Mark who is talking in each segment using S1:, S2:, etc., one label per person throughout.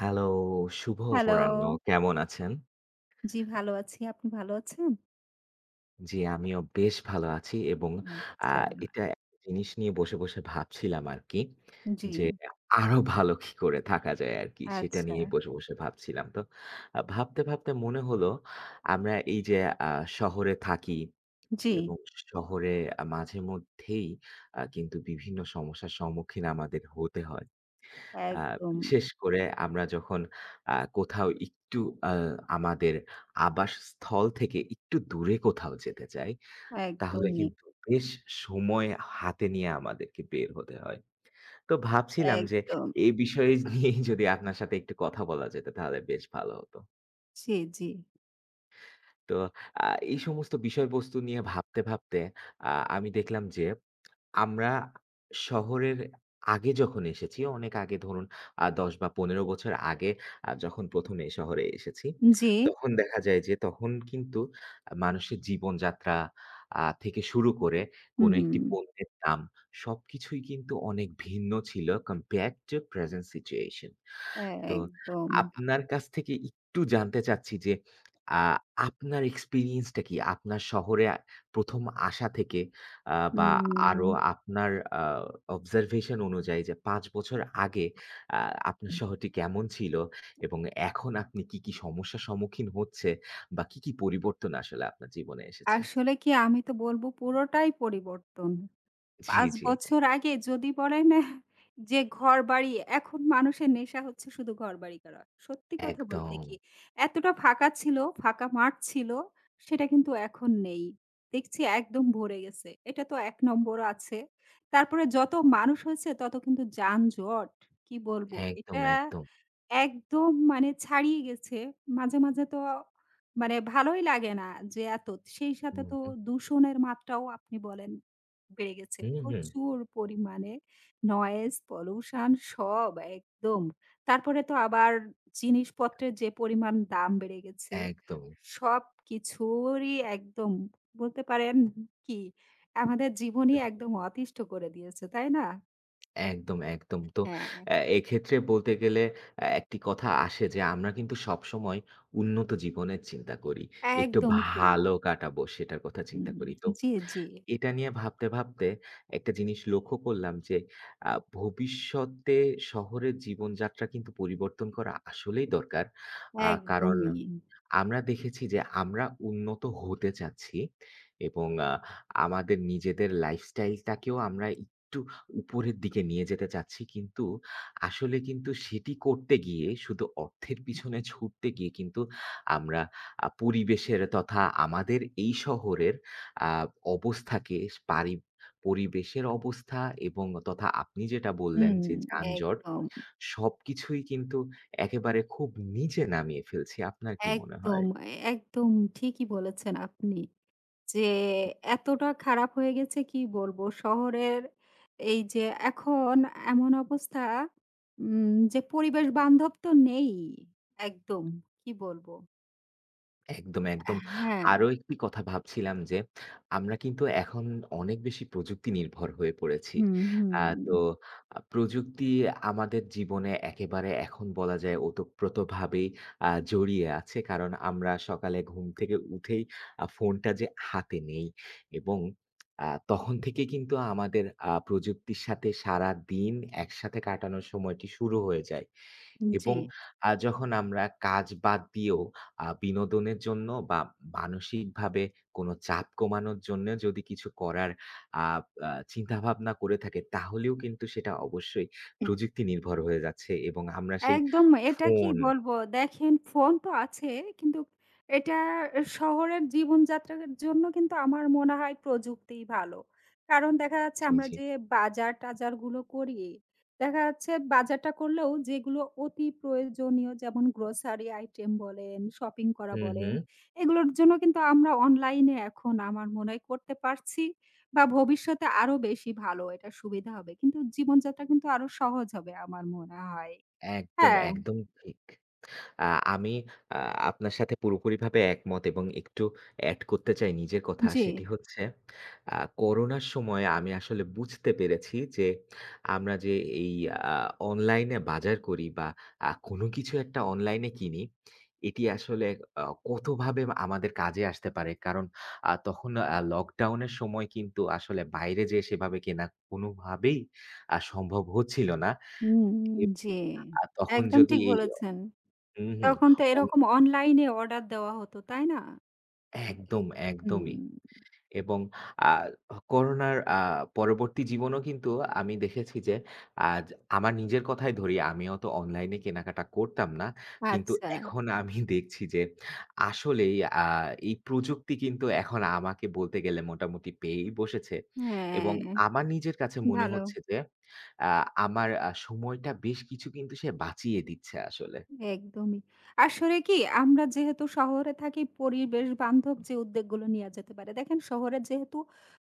S1: Hello, শুভ
S2: hello.
S1: অপরাহ্ন। কেমন আছেন?
S2: জি, ভালো আছি। আপনি ভালো আছেন?
S1: জি, আমিও বেশ ভালো আছি এবং আ
S2: আচ্ছা।
S1: এটা একটা জিনিস নিয়ে বসে, বসে ভাবছিলাম আরকি
S2: জি,
S1: যে আরো ভালো কি করে থাকা যায় আরকি সেটা
S2: আচ্ছা।
S1: নিয়ে বসে, বসে ভাবছিলাম। তো ভাবতে, ভাবতে মনে হলো আমরা এই যে আ শহরে থাকি
S2: জি,
S1: এবং শহরে মাঝেমধ্যেই কিন্তু বিভিন্ন সমস্যার সম্মুখীন আমাদের হতে হয়। আ
S2: একদম,
S1: বিশেষ করে আমরা যখন কোথাও একটু আ আমাদের আবাসস্থল থেকে একটু দূরে কোথাও যেতে চাই, তাহলে
S2: একদমই,
S1: কিন্তু বেশ সময় হাতে নিয়ে আমাদেরকে বের হতে হয়। তো ভাবছিলাম যে
S2: একদম।
S1: এই বিষয় নিয়েই যদি আপনার সাথে একটু কথা বলা যেত তাহলে বেশ ভালো হতো।
S2: জি, জি,
S1: তো আ এই সমস্ত বিষয়বস্তু নিয়ে ভাবতে, ভাবতে আ আমি দেখলাম যে আমরা শহরের আগে যখন এসেছি, অনেক আগে ধরুন ১০ বা ১৫ বছর আগে যখন ১ম এই শহরে এসেছি,
S2: জি।
S1: তখন দেখা যায় যে তখন কিন্তু মানুষের জীবনযাত্রা থেকে শুরু করে কোনো
S2: হুম,
S1: একটি পণ্যের দাম সবকিছুই কিন্তু অনেক ভিন্ন ছিল compared to present situation. তো
S2: একদম। আ
S1: আপনার কাছ থেকে একটু জানতে চাচ্ছি যে আ আপনার এক্সপেরিয়েন্স টা কি? আপনার শহরে ১ম আসা থেকে বা আরো
S2: হুম,
S1: আপনার আ অবজারভেশন অনুযায়ী যে ৫ বছর আগে আ আপনার শহরটি কেমন ছিল এবং এখন আপনি কি, কি সমস্যার সম্মুখীন হচ্ছে বা কি, কি পরিবর্তন আসলে আপনার জীবনে এসেছে?
S2: আসলে কি আমি তো বলব পুরোটাই পরিবর্তন।
S1: জি,
S2: ৫
S1: জি।
S2: বছর আগে যদি বলেন যে ঘরবাড়ি, এখন মানুষের নেশা হচ্ছে শুধু ঘরবাড়ি করা। সত্যি কথা বলতে
S1: একদম,
S2: কি, এতটা ফাঁকা ছিল, ফাঁকা মাঠ ছিল, সেটা কিন্তু এখন নেই। দেখছি একদম ভরে গেছে। এটা তো ১ নম্বর আছে। তারপরে যত মানুষ হয়েছে তত কিন্তু যানজট। কি বলব? এটা
S1: একদম, একদম।
S2: একদম মানে ছাড়িয়ে গেছে। মাঝে, মাঝে তো মানে ভালোই লাগে না যে এত। সেই সাথে
S1: হুম,
S2: তো
S1: হুম।
S2: দূষণের মাত্রাও আপনি বলেন বেড়ে গেছে।
S1: হুম, হুম।
S2: প্রচুর পরিমাণে নয়েজ, পলিউশন সব একদম। তারপরে তো আবার জিনিসপত্রের যে পরিমাণ দাম বেড়ে গেছে,
S1: একদম।
S2: সবকিছুরই একদম বলতে পারেন কি আমাদের জীবনই একদম অতিষ্ঠ করে দিয়েছে, তাই না?
S1: একদম, একদম। তো
S2: হ্যাঁ,
S1: এক্ষেত্রে বলতে গেলে একটি কথা আসে যে আমরা কিন্তু সবসময় উন্নত জীবনের চিন্তা করি। একটু
S2: একদমই ঠিক।
S1: ভালো কাটাবো সেটার কথা চিন্তা
S2: হুম,
S1: করি। তো
S2: জি, জি।
S1: এটা নিয়ে ভাবতে, ভাবতে একটা জিনিস লক্ষ্য করলাম যে আ ভবিষ্যতে শহরের জীবনযাত্রা কিন্তু পরিবর্তন করা আসলেই দরকার। কারণ
S2: একদমই।
S1: আমরা দেখেছি যে আমরা উন্নত হতে চাচ্ছি এবং আমাদের নিজেদের লাইফস্টাইলটাকেও আমরা একটু উপরের দিকে নিয়ে যেতে চাচ্ছি। কিন্তু আসলে কিন্তু সেটি করতে গিয়ে শুধু অর্থের পিছনে ছুটতে গিয়ে কিন্তু আমরা পরিবেশের তথা আমাদের এই শহরের আ অবস্থাকে পারি পরিবেশের অবস্থা এবং তথা আপনি যেটা বললেন
S2: হুম,
S1: যে যানজট,
S2: একদম,
S1: সবকিছুই কিন্তু একেবারে খুব নিচে নামিয়ে ফেলছি। আপনার কি মনে হয়?
S2: একদম, একদম ঠিকই বলেছেন আপনি। যে এতটা খারাপ হয়ে গেছে কি বলবো শহরের এই যে এখন এমন অবস্থা যে পরিবেশ বান্ধব তো নেই একদম। কি বলবো?
S1: একদম, একদম।
S2: হ্যাঁ,
S1: আরো একটি কথা ভাবছিলাম যে, আমরা কিন্তু এখন অনেক বেশি প্রযুক্তি নির্ভর হয়ে পড়েছি।
S2: হুম, হুম,
S1: তো প্রযুক্তি আমাদের জীবনে একেবারে এখন বলা যায় ওতপ্রোতভাবেই জড়িয়ে আছে। কারণ আমরা সকালে ঘুম থেকে উঠেই ফোনটা যে হাতে নেই এবং তখন থেকে কিন্তু আমাদের প্রযুক্তির সাথে সারাদিন একসাথে কাটানোর সময়টি শুরু হয়ে যায়
S2: জি।
S1: এবং যখন আমরা কাজ বাদ দিয়েও বিনোদনের জন্য বা মানসিকভাবে কোনো চাপ কমানোর জন্য যদি কিছু করার আ আ চিন্তাভাবনা করে থাকে, তাহলেও কিন্তু সেটা অবশ্যই প্রযুক্তি নির্ভর হয়ে যাচ্ছে এবং আমরা সেই
S2: একদম এটা কি
S1: ফোন
S2: বলবো? দেখেন ফোন তো আছে কিন্তু এটা শহরের জীবনযাত্রার জন্য কিন্তু আমার মনে হয় প্রযুক্তিই ভালো। কারণ দেখা যাচ্ছে
S1: জি,
S2: আমরা
S1: জি।
S2: যে বাজার-টাজার গুলো করি, দেখা যাচ্ছে বাজারটা করলেও যেগুলো অতি প্রয়োজনীয় যেমন গ্রোসারি আইটেম বলেন, শপিং করা
S1: হুম,
S2: বলেন,
S1: হুম।
S2: এগুলোর জন্য কিন্তু আমরা অনলাইনে এখন আমার মনে হয় করতে পারছি বা ভবিষ্যতে আরো বেশি ভালো এটা সুবিধা হবে। কিন্তু জীবনযাত্রা কিন্তু আরো সহজ হবে আমার মনে হয়।
S1: একদম,
S2: হ্যাঁ,
S1: একদম ঠিক। আ আমি আ আপনার সাথে পুরোপুরিভাবে একমত এবং একটু এড করতে চাই নিজের কথা।
S2: জি।
S1: সেটি হচ্ছে আ করোনার সময় আমি আসলে বুঝতে পেরেছি যে, আমরা যে এই আ অনলাইনে বাজার করি বা কোনো কিছু একটা অনলাইনে কিনি, এটি আসলে আ কতভাবে আমাদের কাজে আসতে পারে। কারণ তখন লকডাউনের সময় কিন্তু আসলে বাইরে যেয়ে সেভাবে কেনা কোনোভাবেই সম্ভব হচ্ছিল না।
S2: হুম,
S1: এ
S2: জি।
S1: তখন
S2: একদম
S1: যদি
S2: ঠিক
S1: এই
S2: বলেছেন।
S1: হুম,
S2: তখন তো
S1: হুম।
S2: এরকম অনলাইনে অর্ডার দেওয়া হতো, তাই না? এ
S1: একদম, একদমই।
S2: হুম,
S1: এবং আ করোনার পরবর্তী জীবনেও কিন্তু আমি দেখেছি যে আজ আমার নিজের কথাই ধরি, আমিও তো অনলাইনে কেনাকাটা করতাম না। কিন্তু
S2: আচ্ছা।
S1: এখন আমি দেখছি যে আসলেই আ এই প্রযুক্তি কিন্তু এখন আমাকে বলতে গেলে মোটামুটি পেয়েই বসেছে। এবং
S2: হ্যাঁ,
S1: আমার নিজের কাছে মনে
S2: ভালো।
S1: হচ্ছে যে আ আমার সময়টা বেশ কিছু কিন্তু সে বাঁচিয়ে দিচ্ছে আসলে।
S2: একদমই। আসলে কি আমরা যেহেতু শহরে থাকি পরিবেশ বান্ধব যে উদ্যোগগুলো নেয়া যেতে পারে। দেখেন শহরে যেহেতু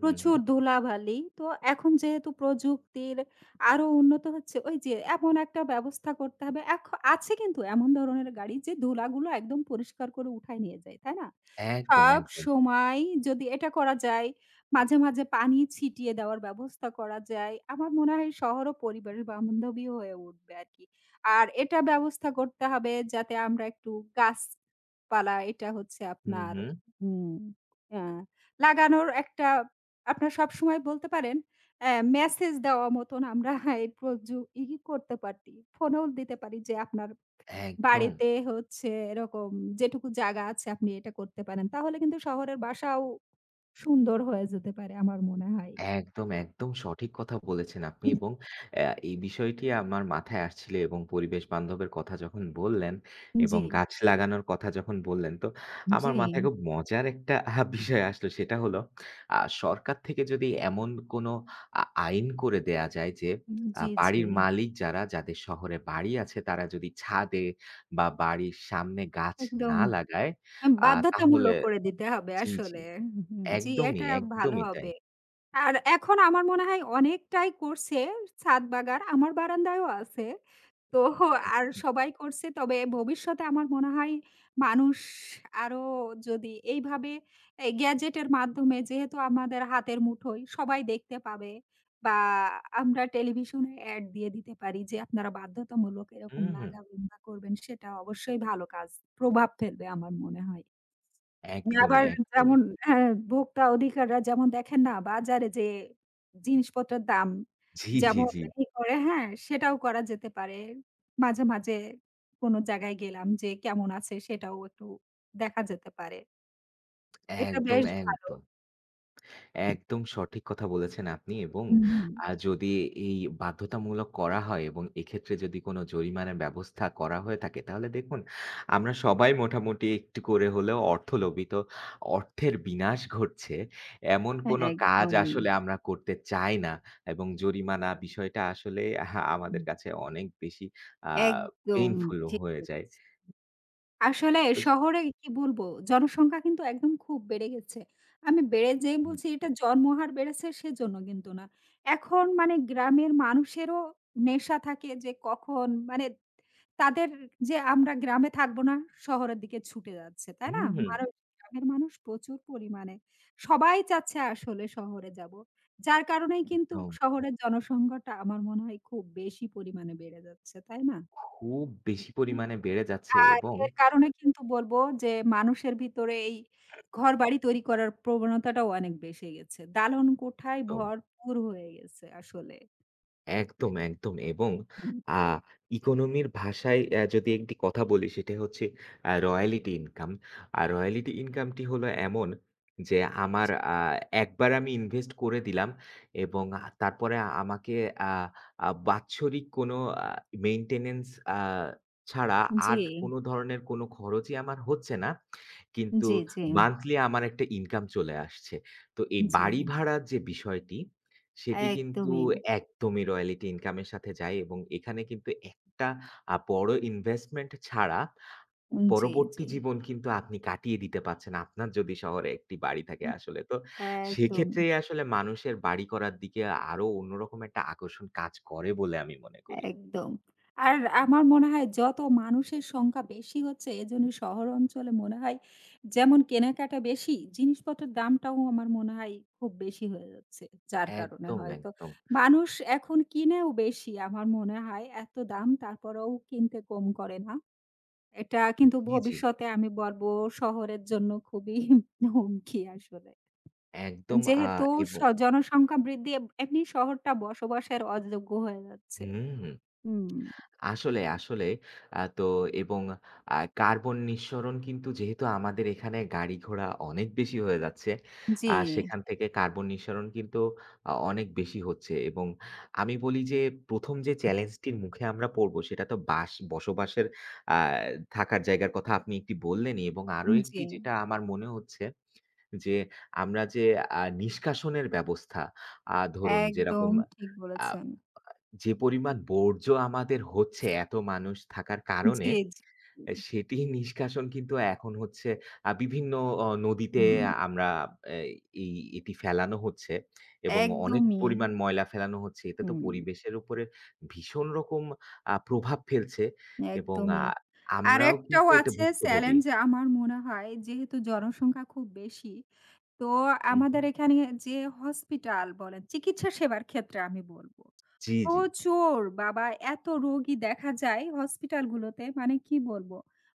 S1: হুম,
S2: প্রচুর
S1: হুম।
S2: ধুলাবালি তো এখন যেহেতু প্রযুক্তির আরো উন্নত হচ্ছে ওই যে এমন একটা ব্যবস্থা করতে হবে। আছে কিন্তু এমন ধরনের গাড়ি যে ধুলাগুলো একদম পরিষ্কার করে উঠায় নিয়ে যায়, তাই না?
S1: একদম,
S2: সব
S1: একদম।
S2: সময় যদি এটা করা যায়, মাঝে, মাঝে পানি ছিটিয়ে দেওয়ার ব্যবস্থা করা যায়, আমার মনে হয় শহর ও পরিবারের বান্ধবী হয়ে উঠবে আরকি। আর এটা ব্যবস্থা করতে হবে যাতে আমরা একটু গাছপালা এটা হচ্ছে
S1: হুম,
S2: আপনার
S1: হুম।
S2: হুম, আ লাগানোর একটা আপনার সবসময় বলতে পারেন মেসেজ দেওয়া মতন আমরা এই প্রযু ই করতে পারি। ফোনেও দিতে পারি যে আপনার
S1: একদম।
S2: বাড়িতে হচ্ছে এরকম যেটুকু জায়গা আছে আপনি এটা করতে পারেন। তাহলে কিন্তু শহরের বাসাও সুন্দর হয়ে যেতে পারে আমার মনে হয়।
S1: একদম, একদম সঠিক কথা বলেছেন আপনি এবং এই বিষয়টি আমার মাথায় আসছিল এবং পরিবেশ বান্ধবের কথা যখন বললেন এবং
S2: জি।
S1: গাছ লাগানোর কথা যখন বললেন, তো
S2: জি,
S1: আমার মাথায় খুব মজার একটা বিষয় আসলো। সেটা হলো আ সরকার থেকে যদি এমন কোনো আইন করে দেয়া যায় যে,
S2: জি, জি।
S1: বাড়ির মালিক যারা, যাদের শহরে বাড়ি আছে, তারা যদি ছাদে বা বাড়ির সামনে গাছ
S2: একদম
S1: না লাগায়, আ তাহলে
S2: বাধ্যতামূলক করে দিতে হবে
S1: জি, জি।
S2: আসলে। হুম, জি,
S1: একদমই,
S2: এটা ভালো
S1: একদমই তাই।
S2: হবে। আর এখন আমার মনে হয় অনেকটাই করছে ছাদ বাগান। আমার বারান্দায়ও আছে। তো
S1: এক
S2: আর সবাই করছে। তবে ভবিষ্যতে আমার মনে হয় মানুষ আরো যদি এইভাবে এই গ্যাজেটের মাধ্যমে যেহেতু আমাদের হাতের মুঠোয় সবাই দেখতে পাবে বা আমরা টেলিভিশনে এড দিয়ে দিতে পারি যে আপনারা বাধ্যতামূলক এরকম
S1: হুম, হুম।
S2: লাগাবেন বা করবেন সেটা অবশ্যই ভালো কাজ। প্রভাব ফেলবে আমার মনে হয়। মানে
S1: একদমই,
S2: আবার
S1: একদমই।
S2: যেমন হ্যাঁ, ভোক্তা অধিকাররা যেমন দেখেন না বাজারে যে জিনিসপত্রের দাম
S1: জি, জি,
S2: যেমন
S1: জি।
S2: ই করে হ্যাঁ, সেটাও করা যেতে পারে। মাঝে, মাঝে কোনো জায়গায় গেলাম যে কেমন আছে সেটাও একটু দেখা যেতে পারে। এটা
S1: একদম,
S2: বেশ ভালো।
S1: একদম। একদম সঠিক কথা বলেছেন আপনি এবং
S2: হুম, হুম।
S1: যদি এই বাধ্যতামূলক করা হয় এবং এক্ষেত্রে যদি কোনো জরিমানার ব্যবস্থা করা হয়ে থাকে, তাহলে দেখুন আমরা সবাই মোটামুটি একটু করে হলেও অর্থলোভী। তো অর্থের বিনাশ ঘটছে এমন
S2: হ্যাঁ,
S1: কোনো কাজ
S2: একদম,
S1: আসলে আমরা করতে চাই না এবং জরিমানা বিষয়টা আসলে আমাদের কাছে অনেক বেশি আ
S2: একদম
S1: পেইনফুল
S2: ঠিক
S1: হয়ে যায়।
S2: বলেছেন। আসলে
S1: তো
S2: শহরে কি বলবো? জনসংখ্যা কিন্তু একদম খুব বেড়ে গেছে। আমি বেড়ে যেই
S1: হুম,
S2: বলছি এটা জন্মহার বেড়েছে সেজন্য কিন্তু না। এখন মানে গ্রামের মানুষেরও নেশা থাকে যে কখন মানে তাদের যে আমরা গ্রামে থাকবো না শহরের দিকে ছুটে যাচ্ছে, তাই না?
S1: হুম,
S2: মানুষ গ্রামের মানুষ প্রচুর পরিমাণে। সবাই চাচ্ছে আসলে শহরে যাবো। যার কারণেই কিন্তু
S1: একদম।
S2: শহরের জনসংখ্যাটা আমার মনে হয় খুব বেশি পরিমাণে বেড়ে যাচ্ছে, তাই না?
S1: খুব বেশি পরিমাণে বেড়ে যাচ্ছে
S2: আর
S1: এবং
S2: এর কারণে কিন্তু বলব যে মানুষের ভিতরে এই ঘরবাড়ি তৈরি করার প্রবণতাটাও অনেক বেশি গেছে। দালান কোঠায়
S1: তো
S2: ভরপুর হয়ে গেছে আসলে।
S1: একদম, একদম এবং
S2: হুম।
S1: আ ইকোনমির ভাষায় যদি একটি কথা বলি সেটা হচ্ছে রয়ালিটি ইনকাম। আর রয়ালিটি ইনকামটি হলো এমন যে আমার একবার আমি ইনভেস্ট করে দিলাম এবং তারপরে আমাকে আ আ বাৎসরিক কোনো আ মেইনটেন্যান্স আ ছাড়া
S2: জি,
S1: আর কোনো ধরনের কোনো খরচই আমার হচ্ছে না। কিন্তু
S2: জি, জি,
S1: মান্থলি আমার একটা ইনকাম চলে আসছে। তো এই
S2: জি।
S1: বাড়ি ভাড়ার যে বিষয়টি, সেটি কিন্তু
S2: একদমই।
S1: একদমই রয়্যালটি ইনকামের সাথে যায় এবং এখানে কিন্তু একটা বড় ইনভেস্টমেন্ট ছাড়া
S2: জি, জি।
S1: পরবর্তী জীবন কিন্তু আপনি কাটিয়ে দিতে পারছেন, আপনার যদি শহরে একটি বাড়ি থাকে আসলে। তো
S2: একদম।
S1: সেক্ষেত্রেই আসলে মানুষের বাড়ি করার দিকে আরো অন্যরকম একটা আকর্ষণ কাজ করে বলে আমি মনে করি।
S2: একদম। আর আমার মনে হয় যত মানুষের সংখ্যা বেশি হচ্ছে এজন্য শহর অঞ্চলে মনে হয় যেমন কেনাকাটা বেশি, জিনিসপত্রের দামটাও আমার মনে হয় খুব বেশি হয়ে যাচ্ছে। যার কারণে
S1: একদম,
S2: হয়তো
S1: একদম।
S2: মানুষ এখন কিনেও বেশি আমার মনে হয়। এত দাম তারপরেও কিনতে কম করে না। এটা কিন্তু
S1: জি, জি।
S2: ভবিষ্যতে আমি বলব শহরের জন্য খুবই হুমকি আসলে।
S1: একদম
S2: যেহেতু স
S1: এবং
S2: জনসংখ্যা বৃদ্ধি এমনি শহরটা বসবাসের অযোগ্য হয়ে যাচ্ছে।
S1: হুম।
S2: হুম।
S1: আসলে, আসলে তো এবং কার্বন নিঃসরণ কিন্তু যেহেতু আমাদের এখানে গাড়ি ঘোড়া অনেক বেশি হয়ে যাচ্ছে,
S2: জি,
S1: সেখান থেকে কার্বন নিঃসরণ কিন্তু অনেক বেশি হচ্ছে এবং আমি বলি যে ১ম যে চ্যালেঞ্জটির মুখে আমরা পড়বো সেটা তো বসবাসের আ থাকার জায়গার কথা আপনি একটি বললেনই এবং আরো
S2: জি।
S1: একটি যেটা আমার মনে হচ্ছে যে আমরা যে নিষ্কাশনের ব্যবস্থা ধরুন
S2: একদম
S1: যেরকম
S2: ঠিক
S1: আ
S2: বলেছেন।
S1: যে পরিমাণ বর্জ্য আমাদের হচ্ছে এত মানুষ থাকার কারণে,
S2: জি, জি। জি।
S1: সেটি নিষ্কাশন কিন্তু এখন হচ্ছে বিভিন্ন নদীতে
S2: হুম,
S1: আমরা অ্যা এই এটি ফেলানো হচ্ছে এবং অনেক
S2: একদমই।
S1: পরিমাণ ময়লা ফেলানো হচ্ছে। এটা তো
S2: হুম,
S1: পরিবেশের উপরে ভীষণ রকম প্রভাব ফেলছে এবং
S2: একদমই।
S1: আমরাও
S2: আরেকটাও
S1: কিন্তু এটা
S2: আছে
S1: ভুক্তভোগী।
S2: চ্যালেঞ্জ আমার মনে হয় যেহেতু জনসংখ্যা খুব বেশি, তো
S1: হুম,
S2: আমাদের
S1: হুম।
S2: এখানে যে হসপিটাল বলেন চিকিৎসা সেবার ক্ষেত্রে আমি বলব।
S1: জি, জি।
S2: প্রচুর বাবা এত রোগী দেখা যায় হসপিটালগুলোতে মানে কি বলবো?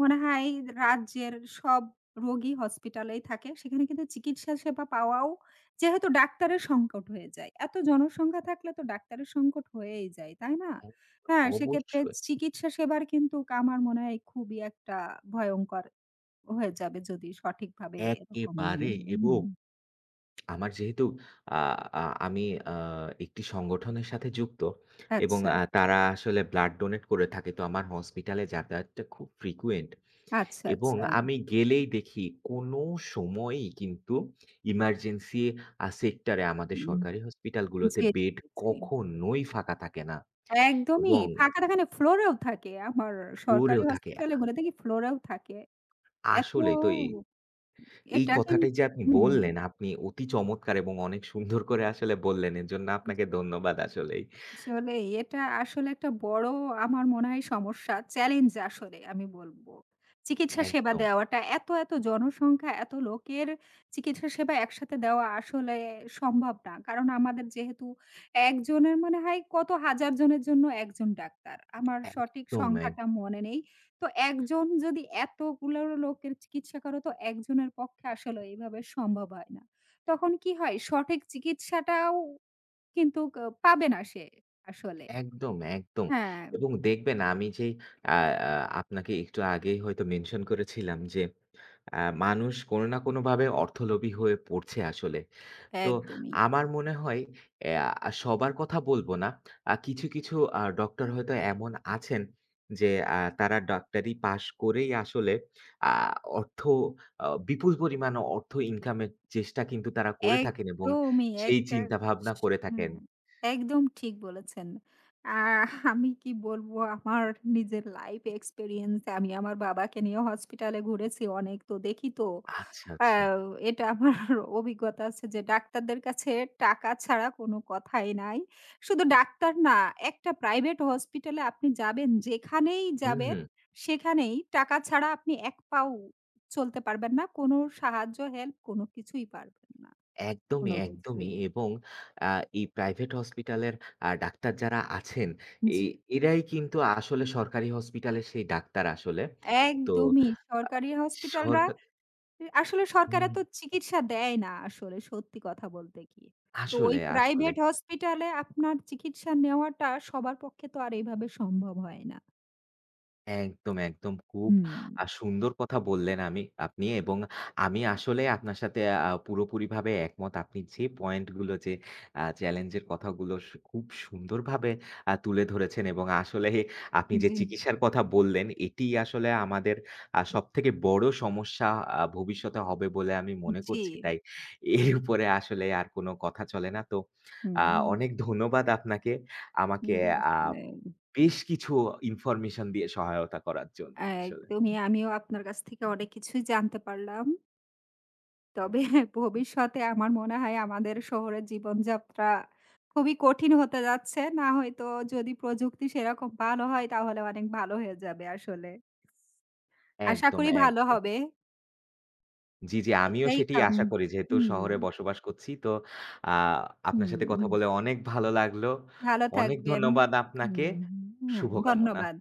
S2: মনে হয় রাজ্যের সব রোগী হসপিটালেই থাকে। সেখানে কিন্তু চিকিৎসা সেবা পাওয়াও যেহেতু ডাক্তারের সংকট হয়ে যায়। এত জনসংখ্যা থাকলে তো ডাক্তারের সংকট হয়েই যায়, তাই না?
S1: হ্যাঁ,
S2: হ্যাঁ, সেক্ষেত্রে
S1: অবশ্যই।
S2: চিকিৎসা সেবার কিন্তু আমার মনে হয় খুবই একটা ভয়ংকর হয়ে যাবে যদি সঠিকভাবে এরকম এনে
S1: একেবারে
S2: নেন। হুম,
S1: এবং আমার যেহেতু আ আ আমি আ একটি সংগঠনের সাথে যুক্ত এবং
S2: আচ্ছা,
S1: তারা আসলে ব্লাড ডোনেট করে থাকে। তো আমার হসপিটালে যাতায়াতটা খুব ফ্রিকোয়েন্ট
S2: আচ্ছা,
S1: এবং
S2: আচ্ছা।
S1: আমি গেলেই দেখি কোনো সময়ই কিন্তু ইমার্জেন্সি সেক্টরে আমাদের
S2: হুম,
S1: সরকারি হসপিটালগুলোতে
S2: জি,
S1: বেড
S2: জি।
S1: কখনোই ফাঁকা থাকে না
S2: একদমই।
S1: এবং
S2: ফাঁকা থাকে না ফ্লোরেও থাকে। আমার সরকারি
S1: ফ্লোরেও থাকে।
S2: হসপিটালে গুলো দেখি ফ্লোরেও থাকে। এত
S1: আসলেই তো এই
S2: এটা
S1: কথাটাই যে আপনি
S2: হুম।
S1: বললেন, আপনি অতি চমৎকার এবং অনেক সুন্দর করে আসলে বললেন। এজন্য আপনাকে ধন্যবাদ আসলেই।
S2: আসলে এটা আসলে একটা বড় আমার মনে হয় সমস্যা, চ্যালেঞ্জ আসলে আমি বলব। চিকিৎসা সেবা
S1: একদম।
S2: দেওয়াটা এত, এত জনসংখ্যা, এত লোকের চিকিৎসা সেবা একসাথে দেওয়া আসলে সম্ভব না। কারণ আমাদের যেহেতু একজনের মনে হয় কত হাজার জনের জন্য একজন ডাক্তার। আমার সঠিক
S1: একদম, এক
S2: সংখ্যাটা মনে নেই। তো একজন যদি এতগুলো লোকের চিকিৎসা করে তো একজনের পক্ষে আসলে এভাবে সম্ভব হয় না। তখন কি হয় সঠিক চিকিৎসাটাও কিন্তু পাবে না সে আসলে।
S1: একদম, একদম।
S2: হ্যাঁ,
S1: এবং দেখবেন আমি যেই আ আ আপনাকে একটু আগেই হয়তো মেনশন করেছিলাম যে, আ মানুষ কোনো না কোনোভাবে অর্থলোভী হয়ে পড়ছে আসলে। তো
S2: একদমই।
S1: আমার মনে হয় সবার কথা বলব না। কিছু, কিছু ডক্টর হয়তো এমন আছেন যে, তারা ডাক্তারি পাশ করেই আসলে আ অর্থ আ বিপুল পরিমাণ অর্থ ইনকামের চেষ্টা কিন্তু তারা করে থাকেন এবং
S2: একদমই
S1: সেই
S2: একটা
S1: চিন্তা ভাবনা করে
S2: হুম,
S1: থাকেন।
S2: একদম ঠিক বলেছেন। আমি কি বলবো আমার নিজের লাইফ এক্সপেরিয়েন্স আমি আমার বাবাকে নিয়ে হসপিটালে ঘুরেছি অনেক তো দেখি তো।
S1: আচ্ছা,
S2: আ
S1: আচ্ছা।
S2: এটা আমার অভিজ্ঞতা আছে যে ডাক্তারদের কাছে টাকা ছাড়া কোনো কথাই নাই। শুধু ডাক্তার না, একটা প্রাইভেট হসপিটালে আপনি যাবেন যেখানেই
S1: হুম,
S2: যাবেন
S1: হুম।
S2: সেখানেই টাকা ছাড়া আপনি এক পাও চলতে পারবেন না। কোনো সাহায্য, হেল্প কোনো কিছুই পারবেন না।
S1: একদমই,
S2: কোনো
S1: একদমই
S2: কিছুই।
S1: এবং আ এই প্রাইভেট হসপিটালের ডাক্তার যারা আছেন, এ
S2: জি,
S1: এরাই কিন্তু আসলে সরকারি হসপিটালের সেই ডাক্তার আসলে। তো
S2: একদমই
S1: আ
S2: সরকারি হসপিটালরা
S1: সরকার
S2: আসলে সরকার
S1: হুম,
S2: এত চিকিৎসা দেয় না আসলে সত্যি কথা বলতে কি। তো ওই
S1: আসলে, আসলে।
S2: প্রাইভেট হসপিটালে আপনার চিকিৎসা নেওয়াটা সবার পক্ষে তো আর এভাবে সম্ভব হয় না।
S1: একদম, একদম। খুব
S2: হুম।
S1: সুন্দর কথা বললেন আমি আপনি এবং আমি আসলে আপনার সাথে পুরোপুরিভাবে একমত। আপনি যে পয়েন্টগুলো যে চ্যালেঞ্জের কথাগুলো খুব সুন্দরভাবে তুলে ধরেছেন এবং আসলে আপনি যে
S2: জি,
S1: চিকিৎসার কথা বললেন, এটি আসলে আমাদের সবথেকে বড় সমস্যা ভবিষ্যতে হবে বলে আমি মনে
S2: জি।
S1: করছি। তাই এর উপরে আসলে আর কোনো কথা চলে না। তো আ
S2: হুম।
S1: অনেক ধন্যবাদ আপনাকে। আমাকে
S2: হুম,
S1: আ
S2: আসলে
S1: বেশ কিছু ইনফরমেশন দিয়ে সহায়তা করার জন্য আসলে।
S2: একদমই আমিও আপনার কাছ থেকে অনেক কিছুই জানতে পারলাম।
S1: হুম,
S2: তবে ভবিষ্যতে আমার মনে হয় আমাদের শহরের জীবনযাত্রা খুবই কঠিন হতে যাচ্ছে। না হয়তো যদি প্রযুক্তি সেরকম ভালো হয় তাহলে অনেক ভালো হয়ে যাবে আসলে। আশা
S1: একদম,
S2: করি ভালো
S1: একদম।
S2: হবে।
S1: জি, জি, আমিও
S2: এটাই
S1: সেটিই আশা করি। যেহেতু
S2: হুম,
S1: শহরে বসবাস করছি তো আ আপনার
S2: হুম,
S1: সাথে কথা
S2: হুম।
S1: বলে অনেক ভালো লাগলো।
S2: ভালো
S1: অনেক
S2: থাকবেন।
S1: ধন্যবাদ আপনাকে।
S2: হুম, হুম, হ্যাঁ,
S1: শুভকামনা।
S2: ধন্যবাদ।